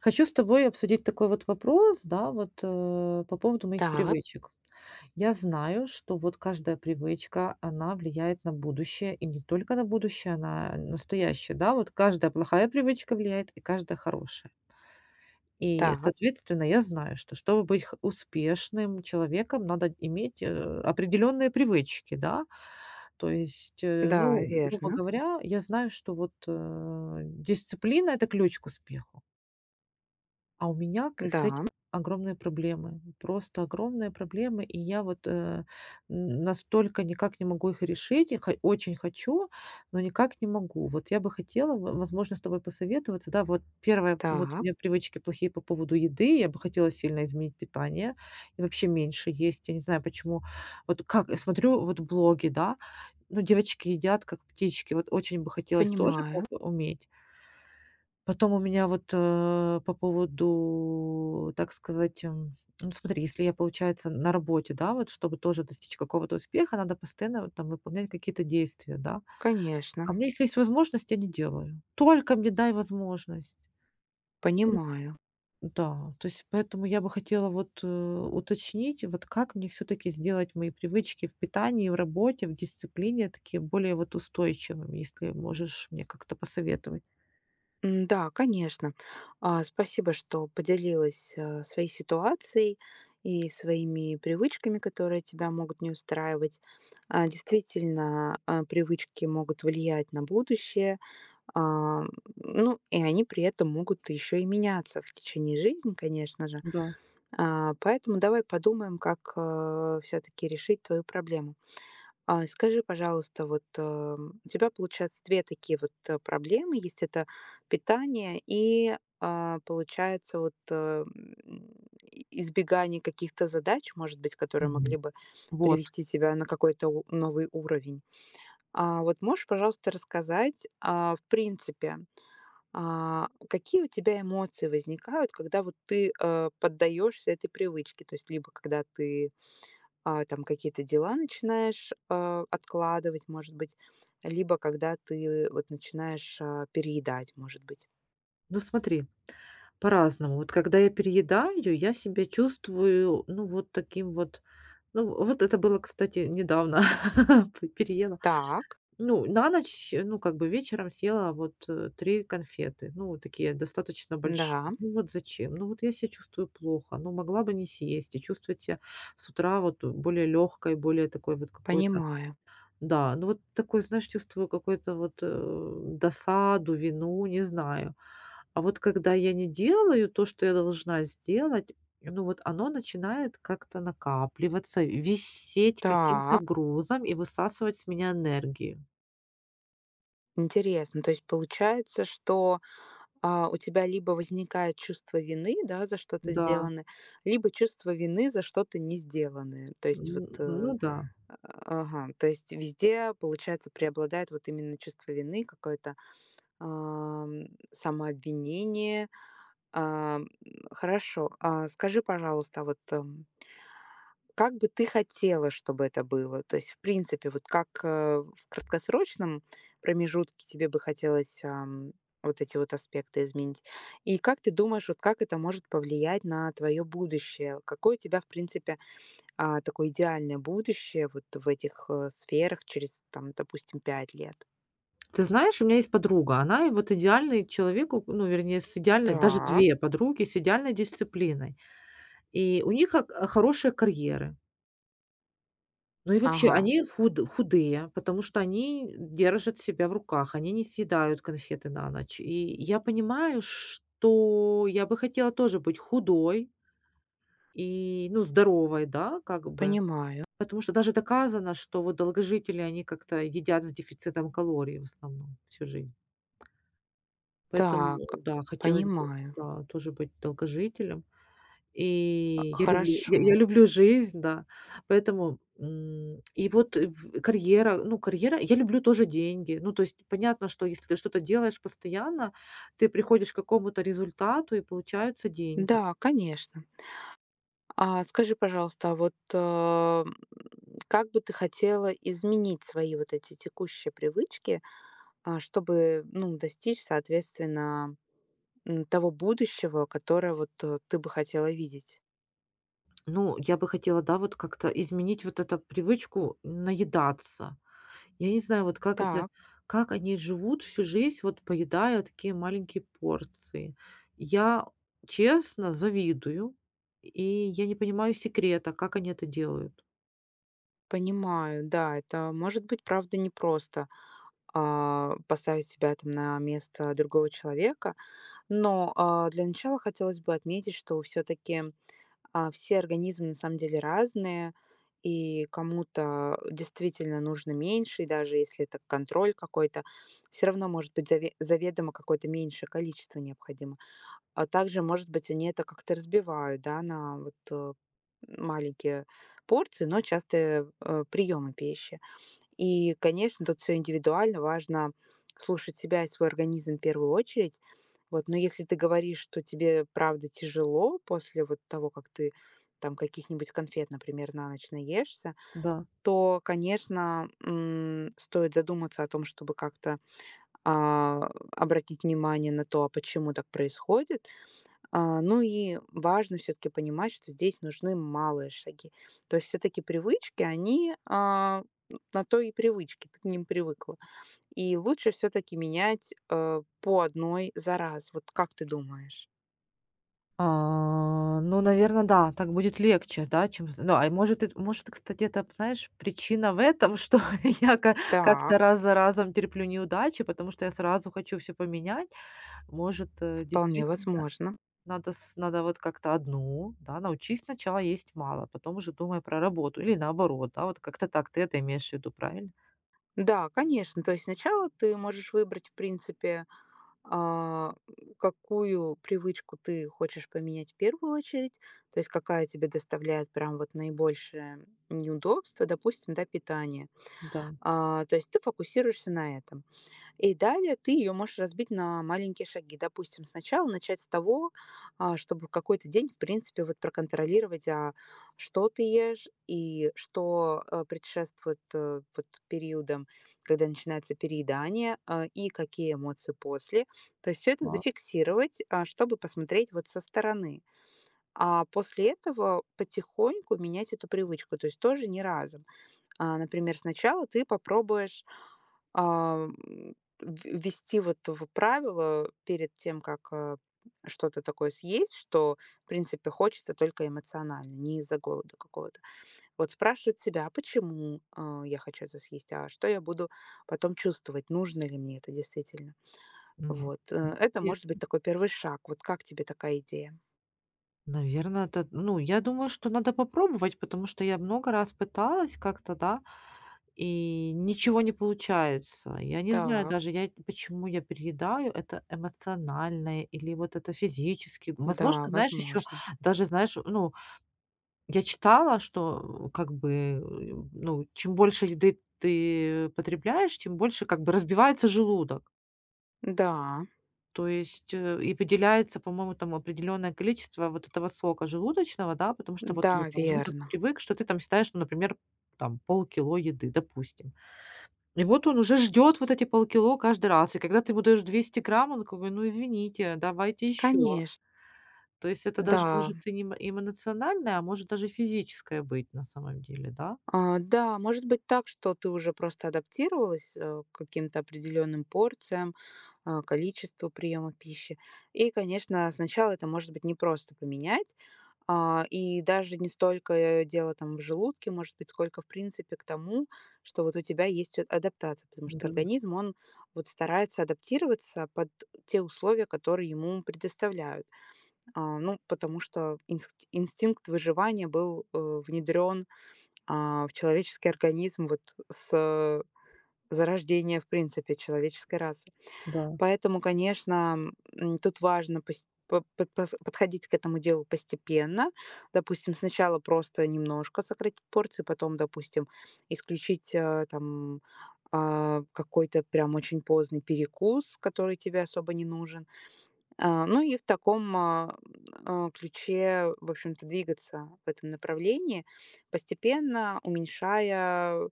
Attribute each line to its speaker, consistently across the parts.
Speaker 1: Хочу с тобой обсудить такой вот вопрос, да, вот по поводу моих
Speaker 2: Так,
Speaker 1: привычек. Я знаю, что вот каждая привычка, она влияет на будущее, и не только на будущее, она на настоящее, да, вот каждая плохая привычка влияет, и каждая хорошая. И,
Speaker 2: так,
Speaker 1: соответственно, я знаю, что чтобы быть успешным человеком, надо иметь определенные привычки, да. То есть,
Speaker 2: да,
Speaker 1: ну, грубо
Speaker 2: верно.
Speaker 1: говоря, я знаю, что вот дисциплина– это ключ к успеху. А у меня к
Speaker 2: Да,
Speaker 1: с этим огромные проблемы, просто огромные проблемы, и я вот, н настолько никак не могу их решить. Я хо очень хочу, но никак не могу. Вот я бы хотела, в возможно, с тобой посоветоваться. Да, вот первое, вот у
Speaker 2: так,
Speaker 1: меня привычки плохие по поводу еды. Я бы хотела сильно изменить питание и вообще меньше есть. Я не знаю, почему. Вот как я смотрю вот блоги, да, ну, девочки едят как птички. Вот очень бы хотелось тоже
Speaker 2: понимаю.
Speaker 1: так уметь. Потом у меня вот, по поводу, так сказать, ну, смотри, если я, получается, на работе, да, вот чтобы тоже достичь какого-то успеха, надо постоянно вот там выполнять какие-то действия, да.
Speaker 2: Конечно,
Speaker 1: А мне если есть возможность, я не делаю. Только мне дай возможность.
Speaker 2: понимаю.
Speaker 1: Ну да, то есть поэтому я бы хотела вот, уточнить, вот как мне все-таки сделать мои привычки в питании, в работе, в дисциплине такие более вот устойчивыми, если можешь мне как-то посоветовать.
Speaker 2: Да, конечно. Спасибо, что поделилась своей ситуацией и своими привычками, которые тебя могут не устраивать. Действительно, привычки могут влиять на будущее, а, ну и они при этом могут еще и меняться в течение жизни, конечно же.
Speaker 1: Да.
Speaker 2: Поэтому давай подумаем, как все таки решить твою проблему. Скажи, пожалуйста, вот, у тебя получается 2 такие вот проблемы есть. Это питание и, получается, вот, и избегание каких-то задач, может быть, которые
Speaker 1: Мгм.
Speaker 2: могли бы
Speaker 1: Вот.
Speaker 2: привести тебя на какой-то у новый уровень. Вот можешь, пожалуйста, рассказать, в принципе, какие у тебя эмоции возникают, когда вот ты поддаешься этой привычке? То есть либо когда ты, там какие-то дела начинаешь откладывать, может быть, либо когда ты вот начинаешь переедать, может быть.
Speaker 1: Ну, смотри. По-разному. Вот когда я переедаю, я себя чувствую, ну, вот таким вот. Ну, вот это было, кстати, недавно переела.
Speaker 2: Так,
Speaker 1: Ну, на ночь, ну, как бы вечером съела вот 3 конфеты, ну, такие достаточно большие.
Speaker 2: да,
Speaker 1: Ну, вот зачем? Ну, вот я себя чувствую плохо, ну, могла бы не съесть и чувствовать себя с утра вот более легкой, более такой вот какой-то,
Speaker 2: понимаю.
Speaker 1: да, ну, вот такой, знаешь, чувствую какую-то вот досаду, вину, не знаю. А вот когда я не делаю то, что я должна сделать, ну вот оно начинает как-то накапливаться, висеть каким-то
Speaker 2: Так,
Speaker 1: грузом и высасывать с меня энергию.
Speaker 2: интересно. То есть получается, что у тебя либо возникает чувство вины, да, за что-то
Speaker 1: Да,
Speaker 2: сделанное, либо чувство вины за что-то не сделанное. То есть вот,
Speaker 1: ну да.
Speaker 2: А, ага, то есть везде, получается, преобладает вот именно чувство вины, какое-то, ам, самообвинение. Ам, Хорошо, а скажи, пожалуйста, вот, как бы ты хотела, чтобы это было? То есть, в принципе, вот как в краткосрочном промежутке тебе бы хотелось вот эти вот аспекты изменить? И как ты думаешь, вот как это может повлиять на твое будущее? Какой у тебя, в принципе, такое идеальное будущее вот в этих сферах через, там, допустим, 5 лет.
Speaker 1: Ты знаешь, у меня есть подруга, она и вот идеальный человек, ну, вернее, с идеальной, даже
Speaker 2: Так,
Speaker 1: две подруги с идеальной дисциплиной. И у них хорошие карьеры. Ну и вообще,
Speaker 2: ага,
Speaker 1: они худые, потому что они держат себя в руках, они не съедают конфеты на ночь. И я понимаю, что я бы хотела тоже быть худой и, ну, здоровой, да, как бы.
Speaker 2: понимаю.
Speaker 1: Потому что даже доказано, что вот долгожители, они как-то едят с дефицитом калорий в основном всю жизнь. Поэтому,
Speaker 2: Так,
Speaker 1: да, хотелось бы,
Speaker 2: понимаю.
Speaker 1: да, тоже быть долгожителем. И я люблю я
Speaker 2: Хорошо.
Speaker 1: я люблю жизнь, да. Поэтому, и вот ну, карьера я люблю тоже деньги. Ну, то есть понятно, что если ты что-то делаешь постоянно, ты приходишь к какому-то результату и получаются деньги.
Speaker 2: Да, конечно. А скажи, пожалуйста, а вот, как бы ты хотела изменить свои вот эти текущие привычки, чтобы, ну, достичь, соответственно, того будущего, которое вот, ты бы хотела видеть?
Speaker 1: Ну, я бы хотела, да, вот как-то изменить вот эту привычку наедаться. Я не знаю, вот
Speaker 2: Так,
Speaker 1: как они живут всю жизнь, вот поедая такие маленькие порции. Я, честно, завидую, и я не понимаю секрета, как они это делают.
Speaker 2: понимаю. Да, это может быть, правда, непросто. Поставить себя там на место другого человека. Но для начала хотелось бы отметить, что все-таки все организмы на самом деле разные, и кому-то действительно нужно меньше, и даже если это контроль какой-то, все равно может быть заведомо какое-то меньшее количество необходимо. А также, может быть, они это как-то разбивают, да, на вот маленькие порции, но частые приемы пищи. И, конечно, тут все индивидуально, важно слушать себя и свой организм в первую очередь. Вот, но если ты говоришь, что тебе правда тяжело после вот того, как ты там каких-нибудь конфет, например, на ночь наешься,
Speaker 1: Да.
Speaker 2: то, конечно, стоит задуматься о том, чтобы как-то а, обратить внимание на то, а почему так происходит. Ну и важно все таки понимать, что здесь нужны малые шаги. То есть все таки привычки, они, на то и привычки, ты к ним привыкла. И лучше все таки менять по одной за раз. Вот как ты думаешь?
Speaker 1: А, ну, наверное, да, так будет легче, да, чем з ну, а может, эт может, и, кстати, это, знаешь, причина в этом, что я ка
Speaker 2: Да,
Speaker 1: как-то раз за разом терплю неудачи, потому что я сразу хочу все поменять. Может,
Speaker 2: вполне
Speaker 1: действительно
Speaker 2: возможно.
Speaker 1: Надо вот как-то одну, да, научись сначала есть мало, потом уже думай про работу или наоборот, да, вот как-то так. Ты это имеешь в виду, правильно?
Speaker 2: Да, конечно. То есть сначала ты можешь выбрать, в принципе, а, какую привычку ты хочешь поменять в первую очередь, то есть какая тебе доставляет прям вот наибольшее неудобство, допустим, да, питание.
Speaker 1: Да.
Speaker 2: То есть ты фокусируешься на этом. И далее ты ее можешь разбить на маленькие шаги. Допустим, сначала начать с того, чтобы в какой-то день, в принципе, вот проконтролировать, а что ты ешь и что предшествует вот периодам, когда начинается переедание, и какие эмоции после. То есть все это
Speaker 1: Класс.
Speaker 2: зафиксировать, чтобы посмотреть вот со стороны. А после этого потихоньку менять эту привычку, то есть тоже не разом. Например, сначала ты попробуешь в ввести вот в правило перед тем, как что-то такое съесть, что, в принципе, хочется только эмоционально, не из-за голода какого-то. Вот спрашивать себя: "А почему я хочу это съесть? А что я буду потом чувствовать? Нужно ли мне это действительно?"
Speaker 1: М.
Speaker 2: Вот, это может быть
Speaker 1: Интересно.
Speaker 2: такой первый шаг. Вот как тебе такая идея?
Speaker 1: Наверно, это, ну, я думаю, что надо попробовать, потому что я много раз пыталась как-то, да, и ничего не получается. Я не знаю
Speaker 2: Так,
Speaker 1: даже, я почему я переедаю. Это эмоциональное или вот это физически.
Speaker 2: да,
Speaker 1: Возможно, знаешь, еще
Speaker 2: возможно.
Speaker 1: даже, знаешь, ну, я читала, что, как бы, ну, чем больше еды ты потребляешь, тем больше как бы разбивается желудок.
Speaker 2: Да,
Speaker 1: То есть, и выделяется, по-моему, там определенное количество вот этого сока желудочного, да, потому что вот,
Speaker 2: да,
Speaker 1: ну, там желудок
Speaker 2: верно.
Speaker 1: привык, что ты там считаешь, ну, например, там полкило еды, допустим. И вот он уже ждет вот эти полкило каждый раз. И когда ты ему даешь 200 грамм, он такой: "Ну, извините, давайте еще".
Speaker 2: Конечно,
Speaker 1: То есть это даже
Speaker 2: да.
Speaker 1: может и не эмоциональное, а может даже физическое быть на самом деле, да?
Speaker 2: Да, может быть так, что ты уже просто адаптировалась к каким-то определенным порциям, количеству приема пищи. И, конечно, сначала это может быть непросто поменять. И даже не столько дело там в желудке, может быть, сколько, в принципе, к тому, что вот у тебя есть адаптация, потому что
Speaker 1: Да.
Speaker 2: организм, он вот старается адаптироваться под те условия, которые ему предоставляют. Ну, потому что инстинкт выживания был внедрен в человеческий организм вот с зарождения, в принципе, человеческой расы.
Speaker 1: Да.
Speaker 2: Поэтому, конечно, тут важно подходить к этому делу постепенно. Допустим, сначала просто немножко сократить порции, потом, допустим, исключить там какой-то прям очень поздний перекус, который тебе особо не нужен, ну и в таком ключе, в общем-то, двигаться в этом направлении, постепенно уменьшая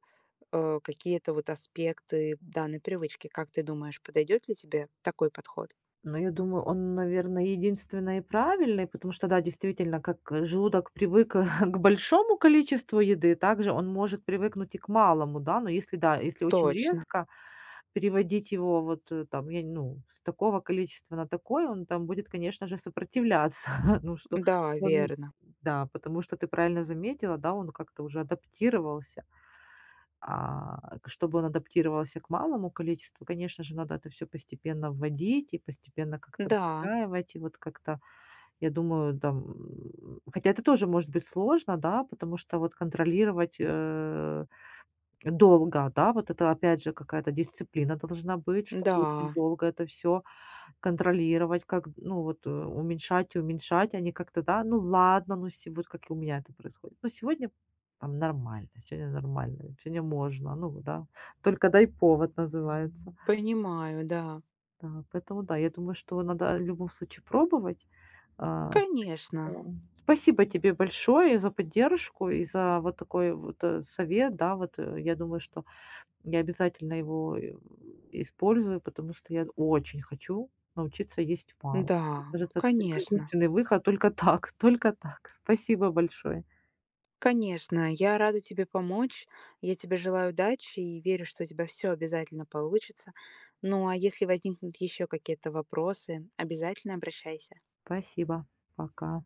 Speaker 2: какие-то вот аспекты данной привычки. Как ты думаешь, подойдет ли тебе такой подход?
Speaker 1: Но я думаю, он, наверное, единственный и правильный, потому что, да, действительно, как желудок привык к большому количеству еды, также он может привыкнуть и к малому, да. Но если, да, если очень
Speaker 2: Точно.
Speaker 1: резко переводить его вот, там, я, ну, с такого количества на такое, он там будет, конечно же, сопротивляться. Ну, что
Speaker 2: Да,
Speaker 1: он,
Speaker 2: верно.
Speaker 1: да, потому что ты правильно заметила, да, он как-то уже адаптировался. А, чтобы он адаптировался к малому количеству, конечно же, надо это все постепенно вводить и постепенно как-то
Speaker 2: Да,
Speaker 1: выстраивать. И вот как-то, я думаю, там, хотя это тоже может быть сложно, да, потому что вот контролировать, долго, да, вот это опять же какая-то дисциплина должна быть, чтобы
Speaker 2: да,
Speaker 1: очень долго это все. Контролировать, как, ну, вот, уменьшать и уменьшать, а не как-то, да, ну ладно, ну се вот как и у меня это происходит. Ну, сегодня там нормально, сегодня можно, ну да. Только дай повод называется.
Speaker 2: понимаю, да.
Speaker 1: Да, поэтому да, я думаю, что надо в любом случае пробовать. А, спас
Speaker 2: Конечно,
Speaker 1: да. Спасибо тебе большое за поддержку и за вот такой вот, совет, да. Вот, я думаю, что я обязательно его, использую, потому что я очень хочу научиться есть мало. Мне
Speaker 2: да,
Speaker 1: кажется, это только
Speaker 2: конечно.
Speaker 1: единственный выход, только так, только так. Спасибо большое.
Speaker 2: Конечно, я рада тебе помочь. Я тебе желаю удачи и верю, что у тебя все обязательно получится. Ну а если возникнут еще какие-то вопросы, обязательно обращайся.
Speaker 1: Спасибо. Пока.